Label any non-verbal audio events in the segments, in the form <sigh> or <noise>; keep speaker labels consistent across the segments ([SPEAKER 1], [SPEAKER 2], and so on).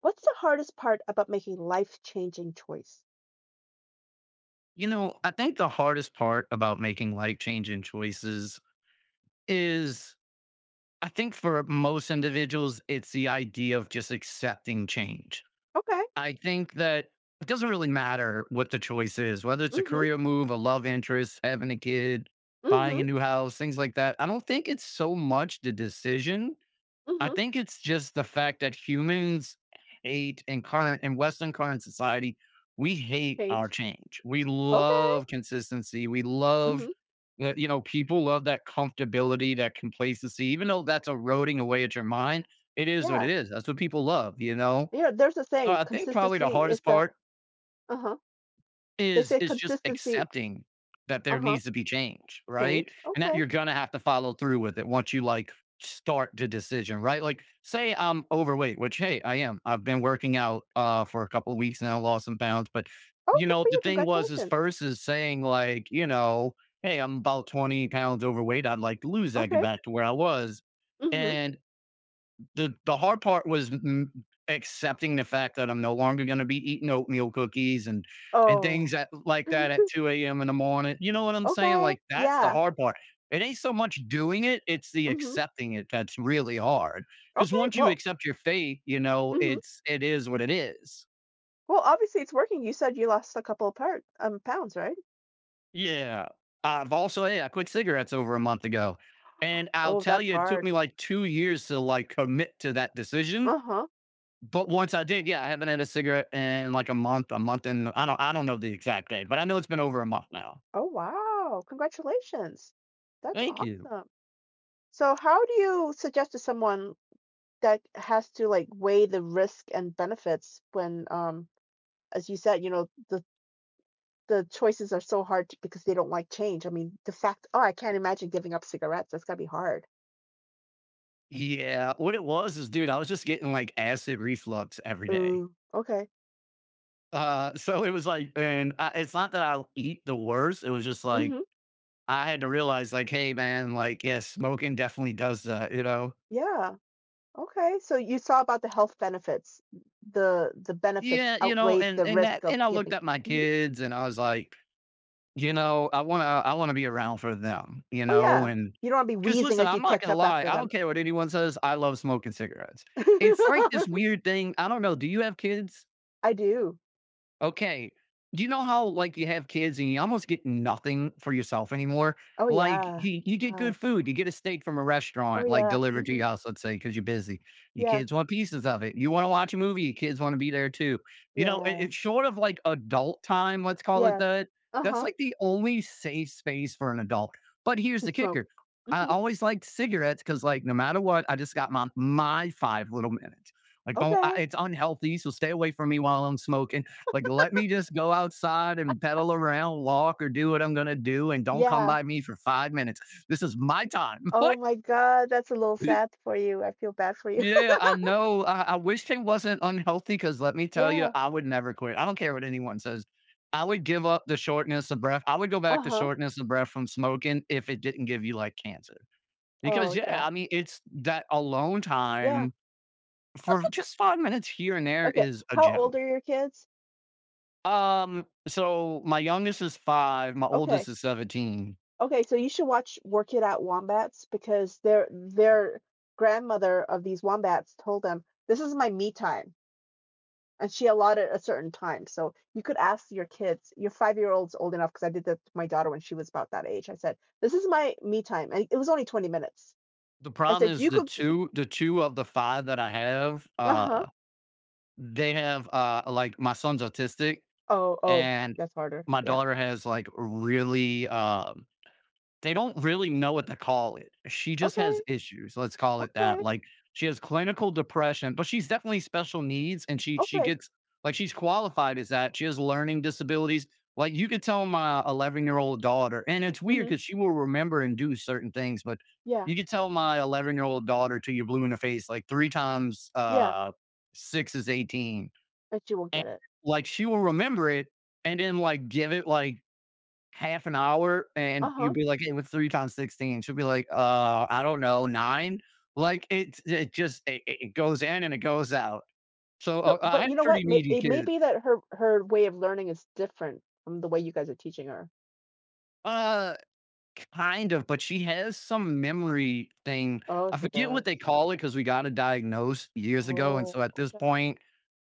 [SPEAKER 1] What's the hardest part about making life-changing choice?
[SPEAKER 2] You know, I think the hardest part about making life changing choices is I think for most individuals, it's the idea of just accepting change.
[SPEAKER 1] Okay.
[SPEAKER 2] I think that it doesn't really matter what the choice is, whether it's a
[SPEAKER 1] Mhm.
[SPEAKER 2] career move, a love interest, having a kid, buying
[SPEAKER 1] Mhm.
[SPEAKER 2] a new house, things like that. I don't think it's so much the decision. I
[SPEAKER 1] Mhm.
[SPEAKER 2] think it's just the fact that humans hate in Western current society, we hate our
[SPEAKER 1] Change.
[SPEAKER 2] change. We
[SPEAKER 1] Okay.
[SPEAKER 2] love consistency. We love
[SPEAKER 1] Mhm.
[SPEAKER 2] that, you know, people love that comfortability, that complacency, even though that's eroding away at your mind. It is what
[SPEAKER 1] Yeah.
[SPEAKER 2] it is. That's what people love, you know?
[SPEAKER 1] You know, there's a
[SPEAKER 2] So
[SPEAKER 1] saying,
[SPEAKER 2] I think probably the
[SPEAKER 1] consistency is
[SPEAKER 2] hardest
[SPEAKER 1] the…
[SPEAKER 2] part
[SPEAKER 1] Uh-huh. They
[SPEAKER 2] is
[SPEAKER 1] say
[SPEAKER 2] is just
[SPEAKER 1] consistency…
[SPEAKER 2] accepting that there
[SPEAKER 1] Uh-huh.
[SPEAKER 2] needs to be change, right?
[SPEAKER 1] Change.
[SPEAKER 2] And that
[SPEAKER 1] Okay.
[SPEAKER 2] you're gonna have to follow through with it once you, like, start the decision, right? Like, say I'm overweight, which, hey, I am. I've been working out, for a couple of weeks now, lost some pounds, but,
[SPEAKER 1] Oh,
[SPEAKER 2] you
[SPEAKER 1] good
[SPEAKER 2] know,
[SPEAKER 1] for
[SPEAKER 2] the
[SPEAKER 1] you.
[SPEAKER 2] thing was is
[SPEAKER 1] Congratulations.
[SPEAKER 2] first is saying, like, you know, "Hey, I'm about 20 lbs overweight. I'd like to lose that, get
[SPEAKER 1] Okay.
[SPEAKER 2] back to where I was."
[SPEAKER 1] Mhm.
[SPEAKER 2] And the hard part was accepting the fact that I'm no longer going to be eating oatmeal cookies and things
[SPEAKER 1] Oh,
[SPEAKER 2] that, like that at
[SPEAKER 1] <laughs>
[SPEAKER 2] 2 a.m. in the morning. You know what I'm saying?
[SPEAKER 1] okay.
[SPEAKER 2] Like that's the
[SPEAKER 1] Yeah.
[SPEAKER 2] hard part. It ain't so much doing it; it's the
[SPEAKER 1] Mhm.
[SPEAKER 2] accepting it that's really hard. Because
[SPEAKER 1] Okay.
[SPEAKER 2] once you
[SPEAKER 1] Well,
[SPEAKER 2] accept your fate, you know
[SPEAKER 1] mhm,
[SPEAKER 2] it is what it is.
[SPEAKER 1] well, obviously it's working. You said you lost a couple of part pounds, right?
[SPEAKER 2] Yeah, I've also yeah, I quit cigarettes over a month ago, and I'll
[SPEAKER 1] Oh,
[SPEAKER 2] tell
[SPEAKER 1] that's
[SPEAKER 2] you, it took
[SPEAKER 1] hard.
[SPEAKER 2] me like 2 years to like commit to that decision.
[SPEAKER 1] Uh-huh.
[SPEAKER 2] But once I did, yeah, I haven't had a cigarette in like a month, a month, and I don't know the exact date, but I know it's been over a month now.
[SPEAKER 1] Oh, wow. Congratulations. That's
[SPEAKER 2] Thank you.
[SPEAKER 1] awesome. So how do you suggest to someone that has to like weigh the risk and benefits when as you said, you know, the choices are so hard to, because they don't like change. I mean, the fact, oh, I can't imagine giving up cigarettes. That's gotta be hard.
[SPEAKER 2] Yeah, what it was is, dude, I was just getting like acid reflux every day.
[SPEAKER 1] Ooh, okay.
[SPEAKER 2] <laughs> So it was like, and I, it's not that I eat the worst. It was just like
[SPEAKER 1] Mm-hmm.
[SPEAKER 2] I had to realize, like, hey, man, like, yeah, smoking definitely does that, you know?
[SPEAKER 1] Yeah. Okay. So you saw about the health benefits. The benefits
[SPEAKER 2] Yeah, you know,
[SPEAKER 1] outweighed
[SPEAKER 2] and
[SPEAKER 1] the
[SPEAKER 2] and that,
[SPEAKER 1] risk of
[SPEAKER 2] and I looked
[SPEAKER 1] giving.
[SPEAKER 2] at my
[SPEAKER 1] Mhm.
[SPEAKER 2] kids, and I was like, you know, I wanna be around for them, you
[SPEAKER 1] Oh
[SPEAKER 2] know,
[SPEAKER 1] yeah.
[SPEAKER 2] and
[SPEAKER 1] You don't want to be
[SPEAKER 2] because
[SPEAKER 1] wheezing
[SPEAKER 2] listen,
[SPEAKER 1] as you
[SPEAKER 2] I'm not
[SPEAKER 1] catch
[SPEAKER 2] gonna
[SPEAKER 1] up
[SPEAKER 2] lie,
[SPEAKER 1] after
[SPEAKER 2] I don't
[SPEAKER 1] them.
[SPEAKER 2] care what anyone says, I love smoking cigarettes. It's like
[SPEAKER 1] <laughs>
[SPEAKER 2] this weird thing, I don't know, do you have kids?
[SPEAKER 1] I do.
[SPEAKER 2] Okay. Do you know how, like, you have kids and you almost get nothing for yourself anymore?
[SPEAKER 1] Oh,
[SPEAKER 2] Like,
[SPEAKER 1] yeah.
[SPEAKER 2] you get good
[SPEAKER 1] Gosh.
[SPEAKER 2] food. You get a steak from a
[SPEAKER 1] Oh,
[SPEAKER 2] restaurant, like,
[SPEAKER 1] yeah.
[SPEAKER 2] delivered to
[SPEAKER 1] Mhm.
[SPEAKER 2] your house, let's say, because 'cause you're busy. Your
[SPEAKER 1] Yeah.
[SPEAKER 2] kids want pieces of it. You wanna watch a movie, your kids wanna be there too. You know, it
[SPEAKER 1] Yeah.
[SPEAKER 2] it's short of, like, adult time, let's call it
[SPEAKER 1] Yes.
[SPEAKER 2] that. That's,
[SPEAKER 1] Uh-huh.
[SPEAKER 2] like, the only safe space for an adult. But here's
[SPEAKER 1] To
[SPEAKER 2] the
[SPEAKER 1] smoke.
[SPEAKER 2] kicker. I
[SPEAKER 1] Mhm.
[SPEAKER 2] always liked cigarettes because, like, no matter what, I just got my 5 little minutes. Like, don't I
[SPEAKER 1] Okay.
[SPEAKER 2] it's unhealthy, so stay away from me while I'm smoking. Like, let me just go outside and pedal around, walk, or do what I'm gonna do, and don't come
[SPEAKER 1] Yeah.
[SPEAKER 2] by me for 5 minutes. This is my time. <laughs>
[SPEAKER 1] Oh
[SPEAKER 2] What?
[SPEAKER 1] my God. That's a little sad for you. I feel bad for you.
[SPEAKER 2] Yeah,
[SPEAKER 1] <laughs>
[SPEAKER 2] I know. I wish it wasn't unhealthy because let me tell you,
[SPEAKER 1] Yeah.
[SPEAKER 2] I would never quit. I don't care what anyone says. I would give up the shortness of breath. I would go back to
[SPEAKER 1] Uh-huh.
[SPEAKER 2] shortness of breath from smoking if it didn't give you like cancer. Because,
[SPEAKER 1] Oh,
[SPEAKER 2] yeah,
[SPEAKER 1] yeah.
[SPEAKER 2] I mean, it's that alone
[SPEAKER 1] Yeah.
[SPEAKER 2] time for just 5 minutes here and there
[SPEAKER 1] Okay.
[SPEAKER 2] is a
[SPEAKER 1] How
[SPEAKER 2] gem.
[SPEAKER 1] old are your kids?
[SPEAKER 2] So my youngest is 5, my
[SPEAKER 1] Okay.
[SPEAKER 2] oldest is 17.
[SPEAKER 1] Okay. So you should watch Work It Out Wombats because their grandmother of these wombats told them, "This is my me time," and she allotted a certain time. So you could ask your kids, your five-year old's old enough, because I did that to my daughter when she was about that age. I said, "This is my me time." And it was only 20 minutes.
[SPEAKER 2] The
[SPEAKER 1] I
[SPEAKER 2] problem
[SPEAKER 1] said,
[SPEAKER 2] is
[SPEAKER 1] "You
[SPEAKER 2] the
[SPEAKER 1] could…"
[SPEAKER 2] 2 the 2 of the 5 that I have,
[SPEAKER 1] Uh huh.
[SPEAKER 2] they have, like, my son's autistic,
[SPEAKER 1] Oh, oh,
[SPEAKER 2] and
[SPEAKER 1] that's harder.
[SPEAKER 2] my
[SPEAKER 1] Yeah.
[SPEAKER 2] daughter has, like, really, they don't really know what to call it. She just has
[SPEAKER 1] Okay.
[SPEAKER 2] issues, let's call it that.
[SPEAKER 1] Okay.
[SPEAKER 2] Like, she has clinical depression, but she's definitely special needs and she
[SPEAKER 1] Okay.
[SPEAKER 2] gets like, she's qualified as that. She has learning disabilities. Like, you could tell my 11-year-old daughter, and it's weird
[SPEAKER 1] Mm-hmm.
[SPEAKER 2] because she will remember and do certain things, but
[SPEAKER 1] Yeah.
[SPEAKER 2] you could tell my 11-year-old daughter till you're blue in the face, like, 3 times,
[SPEAKER 1] Yeah.
[SPEAKER 2] 6 is 18.
[SPEAKER 1] And she will
[SPEAKER 2] And,
[SPEAKER 1] get it.
[SPEAKER 2] like, she will remember it, and then, like, give it, like, half an hour,
[SPEAKER 1] Uh
[SPEAKER 2] and you'd
[SPEAKER 1] huh.
[SPEAKER 2] be like, "Hey, was 3 times 16," she'll be like, I don't know, 9." Like, it goes in and it goes out. So,
[SPEAKER 1] So,
[SPEAKER 2] I
[SPEAKER 1] but
[SPEAKER 2] had
[SPEAKER 1] you know
[SPEAKER 2] pretty
[SPEAKER 1] what? May,
[SPEAKER 2] needy
[SPEAKER 1] it may
[SPEAKER 2] kids.
[SPEAKER 1] be that her way of learning is different from the way you guys are teaching her.
[SPEAKER 2] Uh Kind of, but she has some memory thing.
[SPEAKER 1] Oh,
[SPEAKER 2] I
[SPEAKER 1] she
[SPEAKER 2] forget
[SPEAKER 1] does.
[SPEAKER 2] what they call it because we got it diagnosed years ago. And so
[SPEAKER 1] Oh,
[SPEAKER 2] at this
[SPEAKER 1] okay.
[SPEAKER 2] point,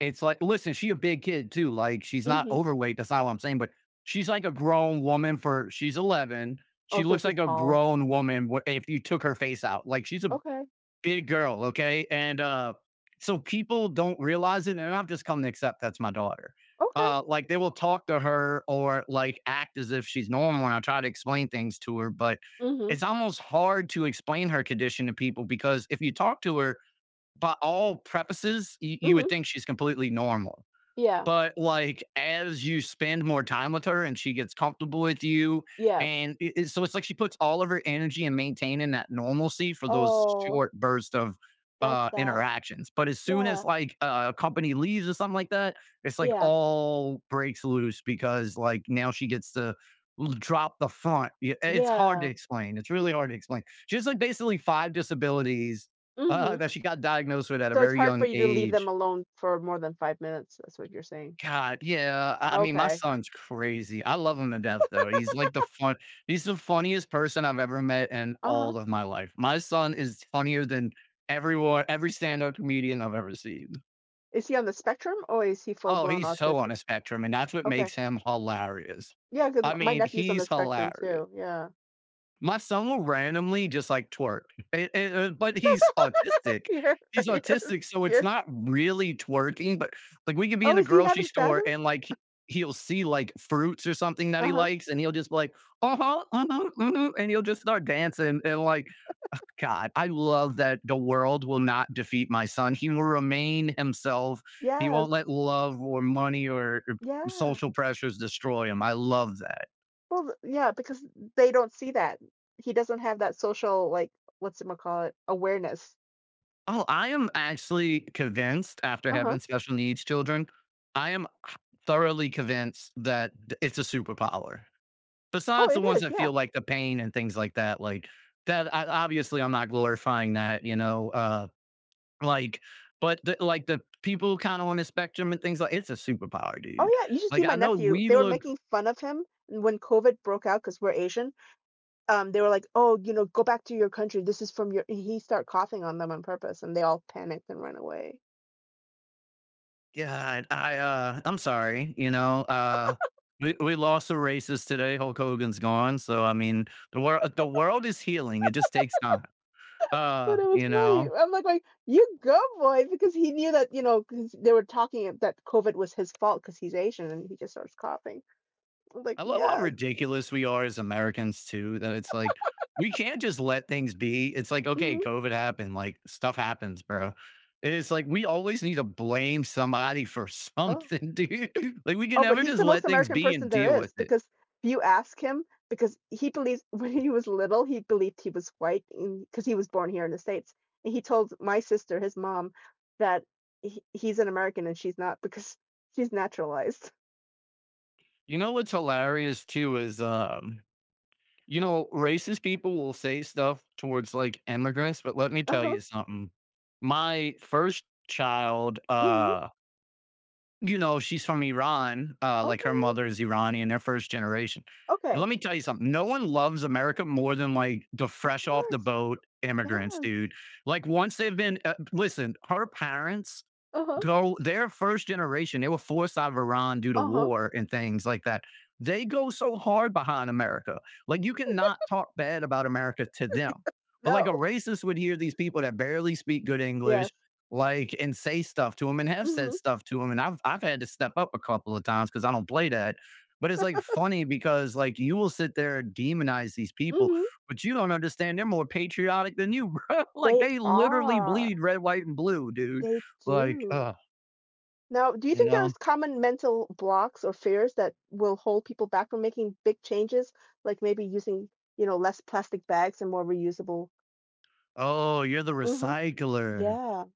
[SPEAKER 2] it's like, listen, she a big kid too. Like she's not
[SPEAKER 1] Mm-hmm.
[SPEAKER 2] overweight. That's not what I'm saying, but she's 11.
[SPEAKER 1] Oh,
[SPEAKER 2] She
[SPEAKER 1] so
[SPEAKER 2] looks
[SPEAKER 1] she's
[SPEAKER 2] like a
[SPEAKER 1] tall.
[SPEAKER 2] grown woman if you took her face out. Like she's a
[SPEAKER 1] Okay.
[SPEAKER 2] big girl, okay? And, so people don't realize it, and I've just come to accept that's my daughter.
[SPEAKER 1] Okay.
[SPEAKER 2] Like, they will talk to her or, like, act as if she's normal, and I try to explain things to her, but
[SPEAKER 1] Mm-hmm.
[SPEAKER 2] it's almost hard to explain her condition to people because if you talk to her, by all purposes, you
[SPEAKER 1] Mm-hmm.
[SPEAKER 2] would think she's completely normal.
[SPEAKER 1] Yeah.
[SPEAKER 2] But like as you spend more time with her and she gets comfortable with you,
[SPEAKER 1] Yes.
[SPEAKER 2] and so it's like she puts all of her energy in maintaining that normalcy for those
[SPEAKER 1] Oh,
[SPEAKER 2] short bursts of
[SPEAKER 1] that's sad.
[SPEAKER 2] interactions. But as soon
[SPEAKER 1] Yeah.
[SPEAKER 2] as like a company leaves or something like that, it's like
[SPEAKER 1] Yeah.
[SPEAKER 2] all breaks loose because like now she gets to drop the front. Yeah, it's hard to
[SPEAKER 1] Yeah.
[SPEAKER 2] explain. It's really hard to explain. She has like basically five disabilities
[SPEAKER 1] Mhm.
[SPEAKER 2] that she got diagnosed with at a
[SPEAKER 1] So it's
[SPEAKER 2] very
[SPEAKER 1] hard for
[SPEAKER 2] young
[SPEAKER 1] you to leave them
[SPEAKER 2] age.
[SPEAKER 1] alone for more than 5 minutes. That's what you're saying.
[SPEAKER 2] God, yeah. I mean, my
[SPEAKER 1] Okay.
[SPEAKER 2] son's crazy. I love him to death, though. He's like the fun. He's the funniest person I've ever met in
[SPEAKER 1] Uh-huh.
[SPEAKER 2] all of my life. My son is funnier than everyone, every stand-up comedian I've ever seen.
[SPEAKER 1] Is he on the spectrum or is he
[SPEAKER 2] Oh,
[SPEAKER 1] full-blown
[SPEAKER 2] he's so on
[SPEAKER 1] autistic?
[SPEAKER 2] a spectrum, and that's what
[SPEAKER 1] Okay.
[SPEAKER 2] makes him hilarious.
[SPEAKER 1] Yeah, 'cause
[SPEAKER 2] I
[SPEAKER 1] m my
[SPEAKER 2] mean,
[SPEAKER 1] nephew's on the
[SPEAKER 2] he's
[SPEAKER 1] spectrum
[SPEAKER 2] hilarious.
[SPEAKER 1] too. Yeah.
[SPEAKER 2] My son will randomly just, like, twerk, and but he's
[SPEAKER 1] <laughs>
[SPEAKER 2] autistic.
[SPEAKER 1] Yeah. <laughs>
[SPEAKER 2] He's
[SPEAKER 1] Yeah.
[SPEAKER 2] autistic, so it's
[SPEAKER 1] Yeah.
[SPEAKER 2] not really twerking, but, like, we could be
[SPEAKER 1] Oh,
[SPEAKER 2] in the
[SPEAKER 1] is he
[SPEAKER 2] grocery
[SPEAKER 1] having
[SPEAKER 2] store
[SPEAKER 1] spasms?
[SPEAKER 2] and, like, he'll see, like, fruits or something that he
[SPEAKER 1] Uh-huh.
[SPEAKER 2] likes, and he'll just be like, "Uh-huh, uh-huh, uh huh, uh," and he'll just start dancing and, like, oh, god, I love that the world will not defeat my son. He will remain himself. He
[SPEAKER 1] Yes.
[SPEAKER 2] won't let love or money or
[SPEAKER 1] Yeah.
[SPEAKER 2] social pressures destroy him. I love that.
[SPEAKER 1] Well, th yeah, because they don't see that. He doesn't have that social, like, what's it ma call it, awareness.
[SPEAKER 2] Oh, I am actually convinced after
[SPEAKER 1] Uh-huh.
[SPEAKER 2] having special needs children, I am h- thoroughly convinced that it's a superpower.
[SPEAKER 1] Oh,
[SPEAKER 2] Besides
[SPEAKER 1] it
[SPEAKER 2] the ones
[SPEAKER 1] is,
[SPEAKER 2] that
[SPEAKER 1] yeah.
[SPEAKER 2] feel like the pain and things like that, obviously I'm not glorifying that, you know, like, but like the people kind of on the spectrum and things like it's a superpower,
[SPEAKER 1] Oh,
[SPEAKER 2] dude.
[SPEAKER 1] yeah, you should see
[SPEAKER 2] Like
[SPEAKER 1] my
[SPEAKER 2] I know
[SPEAKER 1] nephew.
[SPEAKER 2] we
[SPEAKER 1] They were
[SPEAKER 2] look
[SPEAKER 1] making fun of him when COVID broke out because 'cause we're Asian. They were like, "Oh, you know, go back to your country. This is from your…" and he started coughing on them on purpose, and they all panicked and ran away.
[SPEAKER 2] God, I'm sorry, you know, we lost the races today. Hulk Hogan's gone. So I mean the world is healing. It just takes time.
[SPEAKER 1] But it was
[SPEAKER 2] You
[SPEAKER 1] funny.
[SPEAKER 2] know.
[SPEAKER 1] I'm like, "You go, boy," because he knew that, you know, 'cause they were talking a that COVID was his fault because he's Asian, and he just starts coughing. I'm like,
[SPEAKER 2] I love how
[SPEAKER 1] "Yes,
[SPEAKER 2] ridiculous we are as Americans too, that it's like we can't just let things be. It's like, okay,
[SPEAKER 1] hmm,
[SPEAKER 2] COVID happened, like stuff happens, bro. It's like we always need to blame somebody for
[SPEAKER 1] oh."
[SPEAKER 2] something, <laughs> dude. Like we can
[SPEAKER 1] Oh, but
[SPEAKER 2] never
[SPEAKER 1] he's
[SPEAKER 2] just
[SPEAKER 1] the most
[SPEAKER 2] let things
[SPEAKER 1] American
[SPEAKER 2] be
[SPEAKER 1] person
[SPEAKER 2] and deal
[SPEAKER 1] there is
[SPEAKER 2] with it.
[SPEAKER 1] because if you ask him, because he believes <laughs> when he was little, he believed he was white because he was born here in the States. And he told my sister, his mom, that he's an American and she's not because she's naturalized. <laughs>
[SPEAKER 2] You know what's hilarious too is you know, racist people will say stuff towards, like, immigrants, but let me tell
[SPEAKER 1] Uh-huh.
[SPEAKER 2] you something. My first child,
[SPEAKER 1] Hmm.
[SPEAKER 2] you know, she's from Iran, like, her
[SPEAKER 1] Okay.
[SPEAKER 2] mother is Iranian, they're first generation, and
[SPEAKER 1] Okay.
[SPEAKER 2] let me tell you something, no one loves America more than, like, the
[SPEAKER 1] Of
[SPEAKER 2] fresh off the
[SPEAKER 1] course.
[SPEAKER 2] boat immigrants,
[SPEAKER 1] Yes.
[SPEAKER 2] dude. Like, once they've been, listen, her parents
[SPEAKER 1] Uh-huh.
[SPEAKER 2] go their first generation, they were forced out of Iran due to
[SPEAKER 1] Uh-huh.
[SPEAKER 2] war and things like that. They go so hard behind America. Like you cannot talk bad about America to them. But like a
[SPEAKER 1] No.
[SPEAKER 2] racist would hear these people that barely speak good
[SPEAKER 1] Yes.
[SPEAKER 2] English, like and say stuff to them and have
[SPEAKER 1] Mm-hmm.
[SPEAKER 2] said stuff to them. And I've had to step up a couple of times because I don't play that. But it's like funny because you will sit there and demonize these people,
[SPEAKER 1] Mm-hmm.
[SPEAKER 2] but you don't understand they're more patriotic than you, <laughs> bro. Like
[SPEAKER 1] They
[SPEAKER 2] they literally
[SPEAKER 1] are.
[SPEAKER 2] bleed red, white, and blue, dude.
[SPEAKER 1] They
[SPEAKER 2] Like, uh
[SPEAKER 1] do. Now, do you
[SPEAKER 2] you
[SPEAKER 1] think there's
[SPEAKER 2] know?
[SPEAKER 1] common mental blocks or fears that will hold people back from making big changes, like maybe using, you know, less plastic bags and more reusable?
[SPEAKER 2] "Oh, you're the
[SPEAKER 1] Hmm.
[SPEAKER 2] recycler.
[SPEAKER 1] Yeah,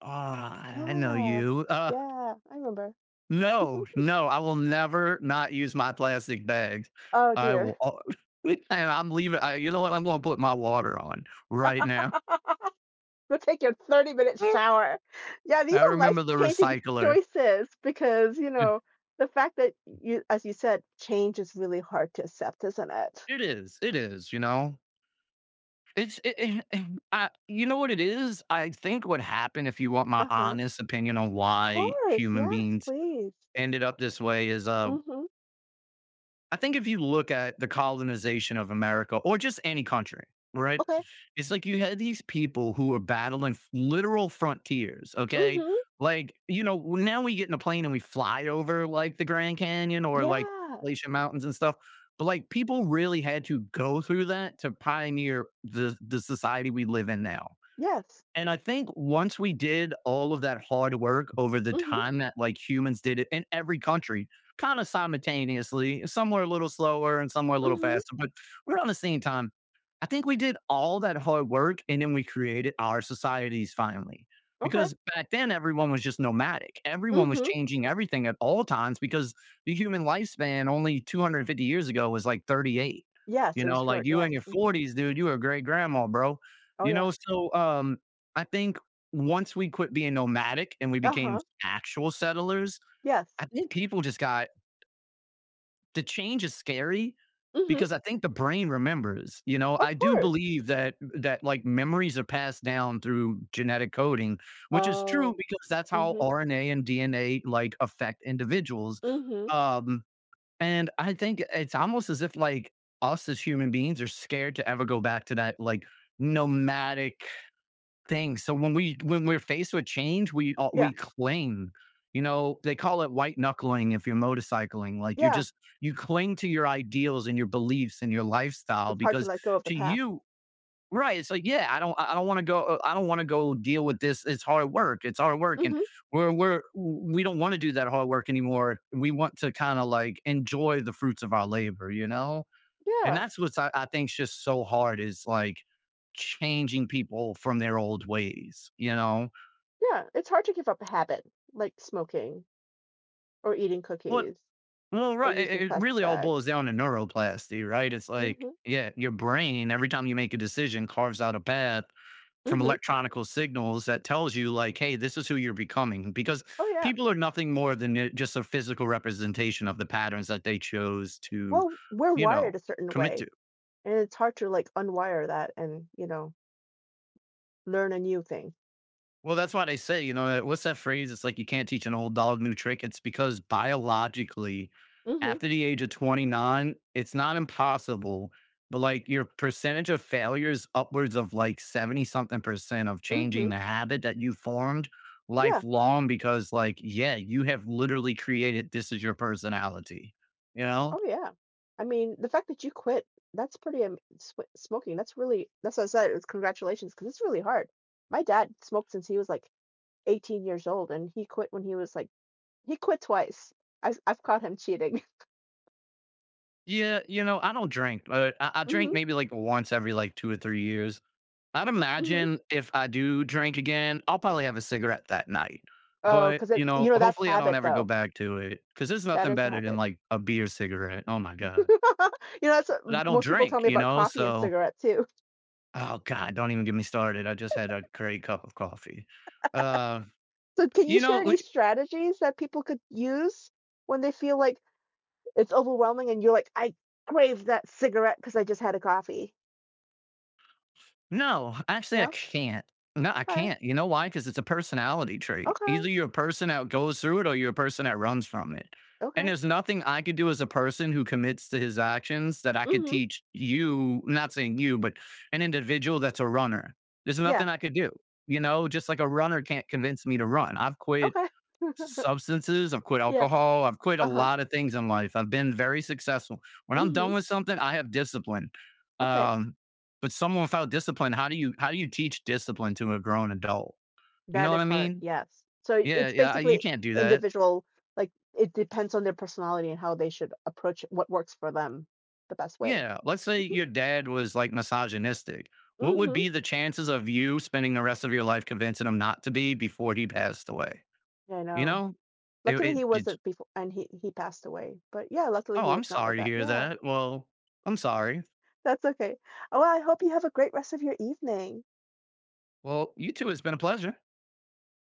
[SPEAKER 2] Ah, I know
[SPEAKER 1] yeah,
[SPEAKER 2] you."
[SPEAKER 1] yeah. I remember.
[SPEAKER 2] No, no, I will never not use my plastic bags.
[SPEAKER 1] Oh
[SPEAKER 2] I
[SPEAKER 1] dear.
[SPEAKER 2] will al <laughs> and I'm leaving I you know what? I'm gonna put my water on right now.
[SPEAKER 1] <laughs> Go take your 30-minute
[SPEAKER 2] <laughs>
[SPEAKER 1] shower. Yeah, these
[SPEAKER 2] I
[SPEAKER 1] are
[SPEAKER 2] remember
[SPEAKER 1] life
[SPEAKER 2] the
[SPEAKER 1] changing
[SPEAKER 2] recycler.
[SPEAKER 1] choices because, you
[SPEAKER 2] It
[SPEAKER 1] know, the fact that you, as you said, change is really hard to accept, isn't it?
[SPEAKER 2] it is, you know? It's it it and I you know what it is? I think what happened, if you want my
[SPEAKER 1] Uh huh.
[SPEAKER 2] honest opinion on
[SPEAKER 1] Of
[SPEAKER 2] why
[SPEAKER 1] course.
[SPEAKER 2] human
[SPEAKER 1] Yes,
[SPEAKER 2] beings
[SPEAKER 1] please.
[SPEAKER 2] ended up this way is,
[SPEAKER 1] Mm hmm.
[SPEAKER 2] I think if you look at the colonization of America or just any country, right?
[SPEAKER 1] Okay.
[SPEAKER 2] It's like you had these people who were battling literal frontiers,
[SPEAKER 1] Mm
[SPEAKER 2] okay?
[SPEAKER 1] hmm.
[SPEAKER 2] Like, you know, now we get in a plane and we fly over like the Grand Canyon or like
[SPEAKER 1] Yes,
[SPEAKER 2] Appalachian Mountains and stuff. But like people really had to go through that to pioneer the society we live in now.
[SPEAKER 1] yes.
[SPEAKER 2] And I think once we did all of that hard work over the
[SPEAKER 1] Mhm,
[SPEAKER 2] time that like humans did it in every country, kind of simultaneously, some were a little slower and some were a little
[SPEAKER 1] mhm,
[SPEAKER 2] faster, but we're on the same time. I think we did all that hard work and then we created our societies finally.
[SPEAKER 1] okay,
[SPEAKER 2] Because back then, everyone was just nomadic. Everyone was
[SPEAKER 1] mhm.
[SPEAKER 2] changing everything at all times because the human lifespan only 250 years ago was like 38.
[SPEAKER 1] Yes,
[SPEAKER 2] You
[SPEAKER 1] it was
[SPEAKER 2] know, like
[SPEAKER 1] short,
[SPEAKER 2] you in
[SPEAKER 1] yes,
[SPEAKER 2] your
[SPEAKER 1] mhm.
[SPEAKER 2] 40s, dude, you were a great grandma, bro.
[SPEAKER 1] Oh,
[SPEAKER 2] You
[SPEAKER 1] yeah.
[SPEAKER 2] know, so um, I think once we quit being nomadic and we became
[SPEAKER 1] Uh-huh,
[SPEAKER 2] actual settlers,
[SPEAKER 1] yes.
[SPEAKER 2] I think people just got the change is scary
[SPEAKER 1] Mhm,
[SPEAKER 2] because I think the brain remembers. You know,
[SPEAKER 1] of
[SPEAKER 2] I do
[SPEAKER 1] course.
[SPEAKER 2] believe that like memories are passed down through genetic coding, which is true
[SPEAKER 1] Oh,
[SPEAKER 2] because that's how
[SPEAKER 1] mhm,
[SPEAKER 2] RNA and DNA like affect individuals.
[SPEAKER 1] mhm.
[SPEAKER 2] Um, and I think it's almost as if like us as human beings are scared to ever go back to that like nomadic thing. So when we when we're faced with change,
[SPEAKER 1] Yeah,
[SPEAKER 2] we cling. You know, they call it white knuckling if you're motorcycling. Like
[SPEAKER 1] yeah.
[SPEAKER 2] you cling to your ideals and your beliefs and your lifestyle
[SPEAKER 1] It's hard to
[SPEAKER 2] because
[SPEAKER 1] let go of the
[SPEAKER 2] to
[SPEAKER 1] past.
[SPEAKER 2] you, right? It's like, yeah, I don't want to go I don't want to go deal with this. It's hard work. It's hard work. And
[SPEAKER 1] Mhm,
[SPEAKER 2] we don't want to do that hard work anymore. We want to kind of like enjoy the fruits of our labor, you know? And
[SPEAKER 1] yeah,
[SPEAKER 2] that's what's I think's just so hard is like changing people from their old ways, you know?
[SPEAKER 1] yeah. It's hard to give up a habit like smoking or eating
[SPEAKER 2] What
[SPEAKER 1] cookies
[SPEAKER 2] well,
[SPEAKER 1] or
[SPEAKER 2] right. It,
[SPEAKER 1] using
[SPEAKER 2] it
[SPEAKER 1] plastic
[SPEAKER 2] really all
[SPEAKER 1] bags.
[SPEAKER 2] boils down to neuroplasty, right? It's like,
[SPEAKER 1] Mhm,
[SPEAKER 2] yeah, your brain, every time you make a decision, carves out a path from
[SPEAKER 1] mhm.
[SPEAKER 2] electronical signals that tells you, like, hey, this is who you're becoming. Because
[SPEAKER 1] Oh, yeah.
[SPEAKER 2] people are nothing more than just a physical representation of the patterns that they chose to,
[SPEAKER 1] Well, we're
[SPEAKER 2] you
[SPEAKER 1] wired
[SPEAKER 2] know,
[SPEAKER 1] a certain
[SPEAKER 2] commit
[SPEAKER 1] way,
[SPEAKER 2] to.
[SPEAKER 1] and it's hard to like unwire that and, you know, learn a new thing.
[SPEAKER 2] Well, that's why they say, you know, what's that phrase? It's like you can't teach an old dog new trick. It's because biologically,
[SPEAKER 1] Mhm,
[SPEAKER 2] after the age of 29, it's not impossible, but like your percentage of failures upwards of like 70 something percent of
[SPEAKER 1] mhm.
[SPEAKER 2] changing the habit that you formed
[SPEAKER 1] Yeah.
[SPEAKER 2] lifelong because like, yeah, you have literally created this is your personality, you know?
[SPEAKER 1] Oh, yeah. I mean, the fact that you quit, that's pretty am sw smoking, that's really that's what I said, it's because it's really hard. My dad smoked since he was, like, 18 years old, and he quit when he was, like… he quit twice. I've caught him cheating. <laughs>
[SPEAKER 2] Yeah, you know, I don't drink, but I drink
[SPEAKER 1] Mhm,
[SPEAKER 2] maybe like once every like 2 or 3 years. I'd
[SPEAKER 1] mhm.
[SPEAKER 2] imagine if I do drink again, I'll probably have a cigarette that night.
[SPEAKER 1] Oh,
[SPEAKER 2] But,
[SPEAKER 1] 'cause
[SPEAKER 2] you
[SPEAKER 1] it you
[SPEAKER 2] know,
[SPEAKER 1] know, that's
[SPEAKER 2] hopefully I don't
[SPEAKER 1] habit,
[SPEAKER 2] ever go
[SPEAKER 1] though.
[SPEAKER 2] back to it because there's
[SPEAKER 1] That
[SPEAKER 2] nothing
[SPEAKER 1] is a
[SPEAKER 2] better than
[SPEAKER 1] habit.
[SPEAKER 2] like a beer cigarette. Oh my God.
[SPEAKER 1] <laughs> You know, that's
[SPEAKER 2] But I
[SPEAKER 1] what
[SPEAKER 2] don't
[SPEAKER 1] most people tell
[SPEAKER 2] drink,
[SPEAKER 1] me
[SPEAKER 2] you
[SPEAKER 1] about
[SPEAKER 2] know?
[SPEAKER 1] coffee and
[SPEAKER 2] So,
[SPEAKER 1] cigarette, too.
[SPEAKER 2] oh God, don't even get me started. I just had a great cup of coffee. Uh,
[SPEAKER 1] So, can you
[SPEAKER 2] you
[SPEAKER 1] share
[SPEAKER 2] know,
[SPEAKER 1] any strategies that people could use when they feel like it's overwhelming and you're like, "I crave that cigarette because I just had a coffee."
[SPEAKER 2] No, actually, I
[SPEAKER 1] No?
[SPEAKER 2] can't. No, I
[SPEAKER 1] Okay.
[SPEAKER 2] can't. You know why? Because it's a personality trait.
[SPEAKER 1] Okay.
[SPEAKER 2] Either you're a person that goes through it or you're a person that runs from it. And
[SPEAKER 1] Okay.
[SPEAKER 2] there's nothing I could do as a person who commits to his actions that I could
[SPEAKER 1] Mhm.
[SPEAKER 2] teach you, not saying you, but an individual that's a runner. There's
[SPEAKER 1] Yeah.
[SPEAKER 2] nothing I could do. You know, just like a runner can't convince me to run. I've quit
[SPEAKER 1] Okay. <laughs>
[SPEAKER 2] substances. I've quit
[SPEAKER 1] Yeah.
[SPEAKER 2] alcohol. I've quit a
[SPEAKER 1] Uh-huh.
[SPEAKER 2] lot of things in life. I've been very successful. When I'm
[SPEAKER 1] Mhm.
[SPEAKER 2] done with something, I have discipline.
[SPEAKER 1] Okay.
[SPEAKER 2] Um, but someone without discipline, how do you teach discipline to a grown adult? You know
[SPEAKER 1] That
[SPEAKER 2] what
[SPEAKER 1] is
[SPEAKER 2] I
[SPEAKER 1] hard,
[SPEAKER 2] mean?
[SPEAKER 1] yes. So
[SPEAKER 2] Yeah,
[SPEAKER 1] it's
[SPEAKER 2] yeah. You
[SPEAKER 1] basically
[SPEAKER 2] can't do that.
[SPEAKER 1] individual, like, it depends on their personality and how they should approach what works for them the best way.
[SPEAKER 2] Yeah. Let's say
[SPEAKER 1] Mhm.
[SPEAKER 2] your dad was like misogynistic. What would
[SPEAKER 1] Mhm.
[SPEAKER 2] be the chances of you spending the rest of your life convincing him not to be before he passed away?
[SPEAKER 1] I
[SPEAKER 2] You
[SPEAKER 1] know.
[SPEAKER 2] know, it,
[SPEAKER 1] Luckily,
[SPEAKER 2] it,
[SPEAKER 1] he
[SPEAKER 2] it
[SPEAKER 1] wasn't before, and he passed away, but yeah, luckily
[SPEAKER 2] oh,
[SPEAKER 1] he
[SPEAKER 2] I'm
[SPEAKER 1] was not like
[SPEAKER 2] sorry to
[SPEAKER 1] that.
[SPEAKER 2] hear
[SPEAKER 1] Yeah.
[SPEAKER 2] that. Well, I'm sorry.
[SPEAKER 1] That's okay. Oh, well, I hope you have a great rest of your evening.
[SPEAKER 2] Well, you too. It's been a pleasure.